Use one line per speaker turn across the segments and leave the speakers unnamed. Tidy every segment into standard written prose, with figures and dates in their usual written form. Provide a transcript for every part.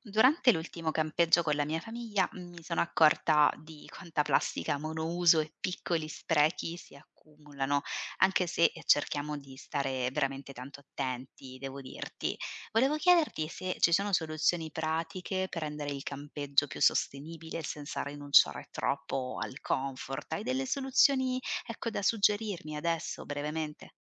Durante l'ultimo campeggio con la mia famiglia mi sono accorta di quanta plastica monouso e piccoli sprechi si accumulano, anche se cerchiamo di stare veramente tanto attenti, devo dirti. Volevo chiederti se ci sono soluzioni pratiche per rendere il campeggio più sostenibile senza rinunciare troppo al comfort. Hai delle soluzioni, ecco, da suggerirmi adesso brevemente?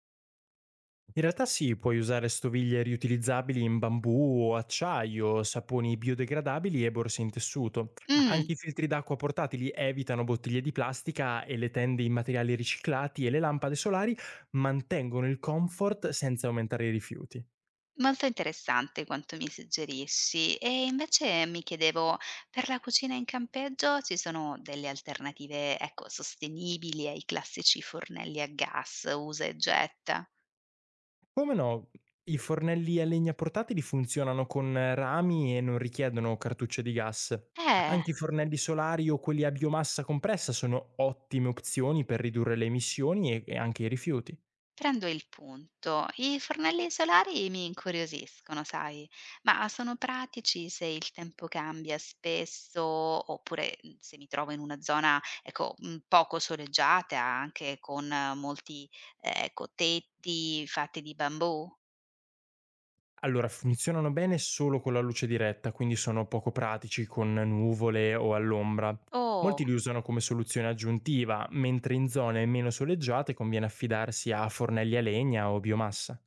In realtà sì, puoi usare stoviglie riutilizzabili in bambù o acciaio, saponi biodegradabili e borse in tessuto. Ah,
Mm.
anche i filtri d'acqua portatili evitano bottiglie di plastica e le tende in materiali riciclati e le lampade solari mantengono il comfort senza aumentare i rifiuti.
Molto interessante quanto mi suggerisci. E invece mi chiedevo, per la cucina in campeggio ci sono delle alternative, ecco, sostenibili ai classici fornelli a gas, usa e getta?
Come no, i fornelli a legna portatili funzionano con rami e non richiedono cartucce di gas.
Eh.
Anche i fornelli solari o quelli a biomassa compressa sono ottime opzioni per ridurre le emissioni e anche i rifiuti.
Prendo il punto. I fornelli solari mi incuriosiscono, sai, ma sono pratici se il tempo cambia spesso oppure, se mi trovo in una zona, ecco, poco soleggiata, anche con molti, ecco, tetti fatti di bambù?
Allora, funzionano bene solo con la luce diretta, quindi sono poco pratici con nuvole o all'ombra.
Oh.
Molti li usano come soluzione aggiuntiva, mentre in zone meno soleggiate conviene affidarsi a fornelli a legna o biomassa.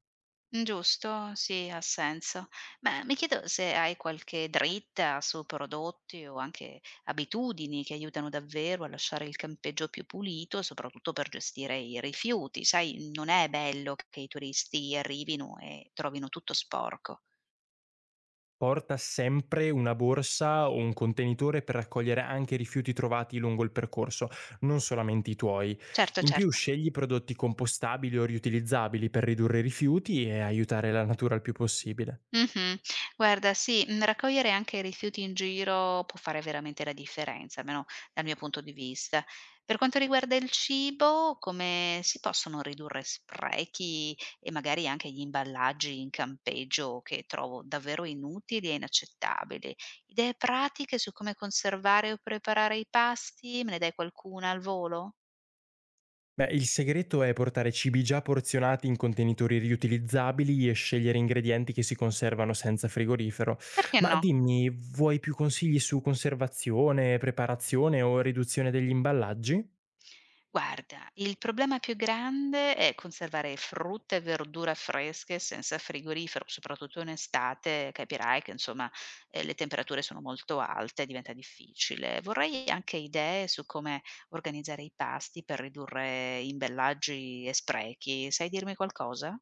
Giusto, sì, ha senso. Ma mi chiedo se hai qualche dritta su prodotti o anche abitudini che aiutano davvero a lasciare il campeggio più pulito, soprattutto per gestire i rifiuti. Sai, non è bello che i turisti arrivino e trovino tutto sporco.
Porta sempre una borsa o un contenitore per raccogliere anche i rifiuti trovati lungo il percorso, non solamente i tuoi.
Certo,
In più
certo.
scegli prodotti compostabili o riutilizzabili per ridurre i rifiuti e aiutare la natura il più possibile.
Mh-mh. Guarda sì, raccogliere anche i rifiuti in giro può fare veramente la differenza, almeno dal mio punto di vista. Per quanto riguarda il cibo, come si possono ridurre sprechi e magari anche gli imballaggi in campeggio che trovo davvero inutili e inaccettabili? Idee pratiche su come conservare o preparare i pasti? Me ne dai qualcuna al volo?
Beh, il segreto è portare cibi già porzionati in contenitori riutilizzabili e scegliere ingredienti che si conservano senza frigorifero.
Perché
Ma
no?
dimmi, vuoi più consigli su conservazione, preparazione o riduzione degli imballaggi?
Guarda, il problema più grande è conservare frutta e verdura fresche senza frigorifero, soprattutto in estate, capirai che insomma le temperature sono molto alte, diventa difficile. Vorrei anche idee su come organizzare i pasti per ridurre imbellaggi e sprechi. Sai dirmi qualcosa?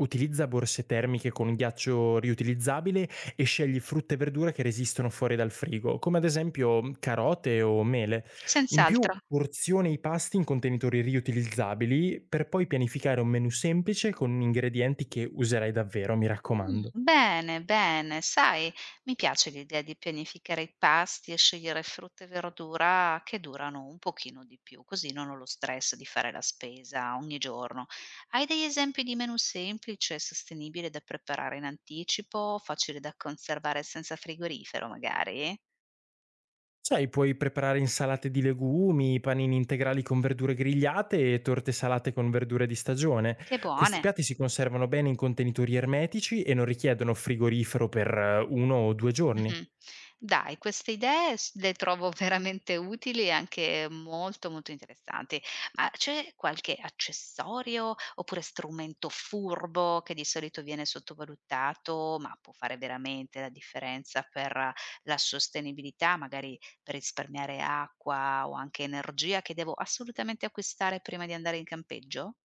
Utilizza borse termiche con ghiaccio riutilizzabile e scegli frutta e verdura che resistono fuori dal frigo, come ad esempio carote o mele. In più,
Senz'altro.
porzione i pasti in contenitori riutilizzabili per poi pianificare un menù semplice con ingredienti che userai davvero, mi raccomando.
Bene, bene. Sai, mi piace l'idea di pianificare i pasti e scegliere frutta e verdura che durano un pochino di più, così non ho lo stress di fare la spesa ogni giorno. Hai degli esempi di menù semplice e sostenibile da preparare in anticipo, facile da conservare senza frigorifero magari?
Sai, puoi preparare insalate di legumi, panini integrali con verdure grigliate e torte salate con verdure di stagione.
Che
Questi
buone!
piatti si conservano bene in contenitori ermetici e non richiedono frigorifero per uno o due giorni.
Mh-mh. Dai, queste idee s le trovo veramente utili e anche molto, molto interessanti. Ma c'è qualche accessorio oppure strumento furbo che di solito viene sottovalutato, ma può fare veramente la differenza per la sostenibilità, magari per risparmiare acqua o anche energia, che devo assolutamente acquistare prima di andare in campeggio?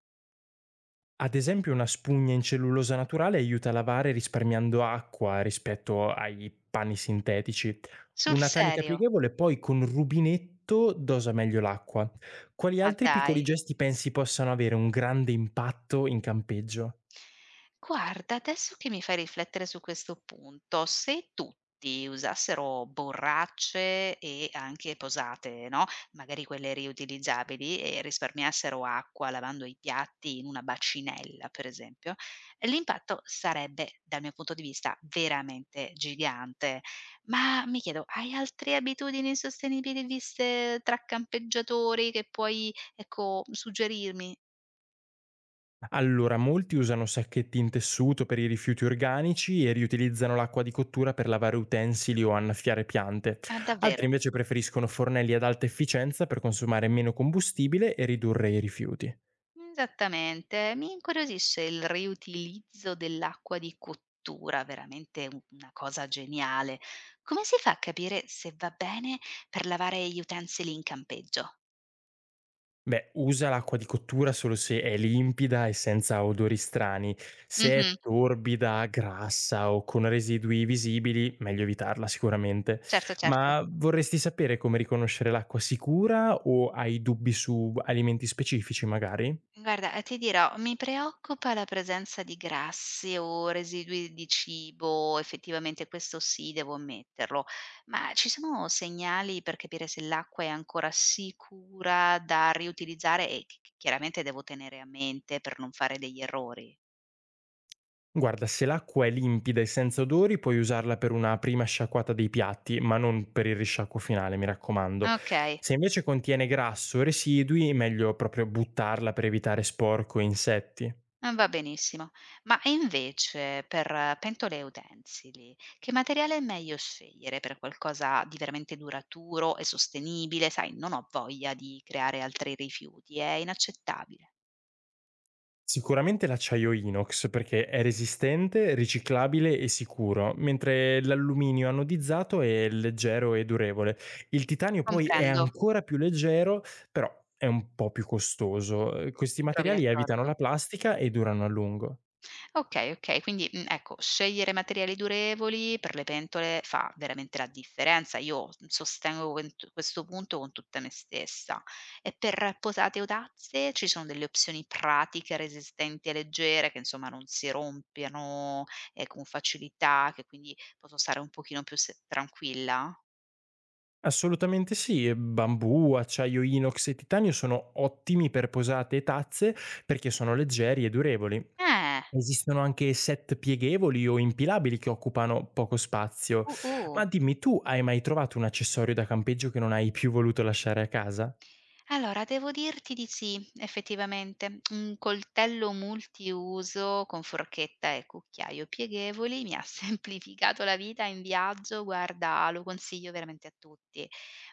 Ad esempio, una spugna in cellulosa naturale aiuta a lavare risparmiando acqua rispetto ai pani sintetici.
Sul
Una tanica
serio?
pieghevole poi con rubinetto dosa meglio l'acqua. Quali
Ma
altri piccoli
dai!
gesti pensi possano avere un grande impatto in campeggio?
Guarda, adesso che mi fai riflettere su questo punto, se tutti usassero borracce e anche posate, no, magari quelle riutilizzabili e risparmiassero acqua lavando i piatti in una bacinella, per esempio, l'impatto sarebbe, dal mio punto di vista, veramente gigante. Ma mi chiedo, hai altre abitudini sostenibili viste tra campeggiatori che puoi, ecco, suggerirmi?
Allora, molti usano sacchetti in tessuto per i rifiuti organici e riutilizzano l'acqua di cottura per lavare utensili o annaffiare piante.
Ma
Altri
davvero?
invece preferiscono fornelli ad alta efficienza per consumare meno combustibile e ridurre i rifiuti.
Esattamente. Mi incuriosisce il riutilizzo dell'acqua di cottura, veramente u una cosa geniale. Come si fa a capire se va bene per lavare gli utensili in campeggio?
Beh, usa l'acqua di cottura solo se è limpida e senza odori strani. Se
Mh-mh,
è torbida, grassa o con residui visibili, meglio evitarla sicuramente.
certo, certo.
Ma vorresti sapere come riconoscere l'acqua sicura o hai dubbi su alimenti specifici magari?
Guarda, ti dirò, mi preoccupa la presenza di grassi o residui di cibo, effettivamente questo sì, devo ammetterlo. Ma ci sono segnali per capire se l'acqua è ancora sicura da riutilizzare e che chiaramente devo tenere a mente per non fare degli errori?
Guarda, se l'acqua è limpida e senza odori, puoi usarla per una prima sciacquata dei piatti, ma non per il risciacquo finale, mi raccomando.
Okay.
Se invece contiene grasso o residui, meglio proprio buttarla per evitare sporco e insetti.
Va benissimo. Ma e invece per pentole e utensili, che materiale è meglio scegliere per qualcosa di veramente duraturo e sostenibile? Sai, non ho voglia di creare altri rifiuti, è inaccettabile.
Sicuramente l'acciaio inox perché è resistente, riciclabile e sicuro, mentre l'alluminio anodizzato è leggero e durevole. Il titanio poi è
Comprendo,
ancora più leggero, però è un po' più costoso. Questi
mi trovi
materiali evitano
d'accordo.
la plastica e durano a lungo.
Okay, okay, quindi, ecco, scegliere materiali durevoli per le pentole fa veramente la differenza. Io, sostengo quent questo punto con tutta me stessa. E per posate o tazze ci sono delle opzioni pratiche, resistenti e leggere, che insomma non si rompiano, con facilità, che quindi posso stare un pochino più se tranquilla?
Assolutamente sì, e bambù, acciaio inox e titanio sono ottimi per posate e tazze perché sono leggeri e durevoli.
Eh,
Esistono anche set pieghevoli o impilabili che occupano poco spazio.
uh-uh.
Ma dimmi, tu hai mai trovato un accessorio da campeggio che non hai più voluto lasciare a casa?
Allora, devo dirti di sì, effettivamente. Un coltello multiuso con forchetta e cucchiaio pieghevoli mi ha semplificato la vita in viaggio, guarda, lo consiglio veramente a tutti.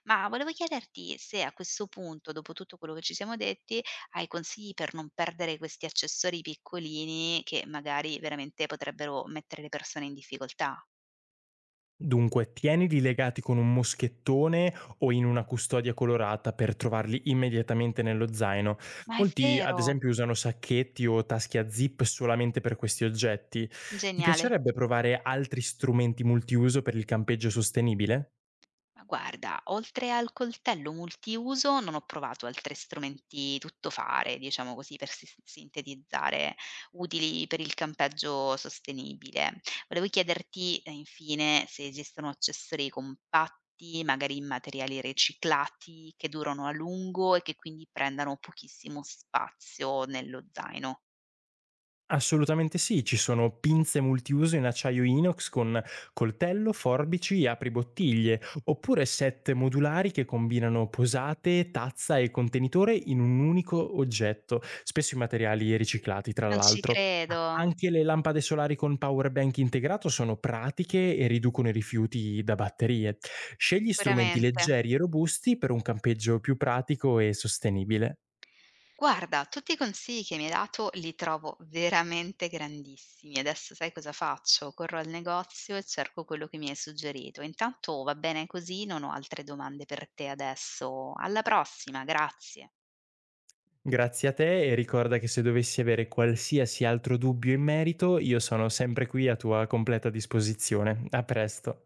Ma volevo chiederti se a questo punto, dopo tutto quello che ci siamo detti, hai consigli per non perdere questi accessori piccolini che magari veramente potrebbero mettere le persone in difficoltà.
Dunque, tienili legati con un moschettone o in una custodia colorata per trovarli immediatamente nello zaino.
Ma è
Molti, ad
vero,
esempio, usano sacchetti o tasche a zip solamente per questi oggetti. Ti
geniale.
piacerebbe provare altri strumenti multiuso per il campeggio sostenibile?
Ma guarda, oltre al coltello multiuso non ho provato altri strumenti tuttofare, diciamo così, per sintetizzare, utili per il campeggio sostenibile. Volevo chiederti, infine, se esistono accessori compatti, magari in materiali riciclati, che durano a lungo e che quindi prendano pochissimo spazio nello zaino.
Assolutamente sì, ci sono pinze multiuso in acciaio inox con coltello, forbici e apribottiglie, oppure set modulari che combinano posate, tazza e contenitore in un unico oggetto, spesso in materiali riciclati tra
Non ci
l'altro.
credo,
Anche le lampade solari con power bank integrato sono pratiche e riducono i rifiuti da batterie. Scegli strumenti
sicuramente.
leggeri e robusti per un campeggio più pratico e sostenibile.
Guarda, tutti i consigli che mi hai dato li trovo veramente grandissimi. Adesso sai cosa faccio? Corro al negozio e cerco quello che mi hai suggerito. Intanto va bene così, non ho altre domande per te adesso. Alla prossima, grazie.
Grazie a te e ricorda che se dovessi avere qualsiasi altro dubbio in merito, io sono sempre qui a tua completa disposizione. A presto.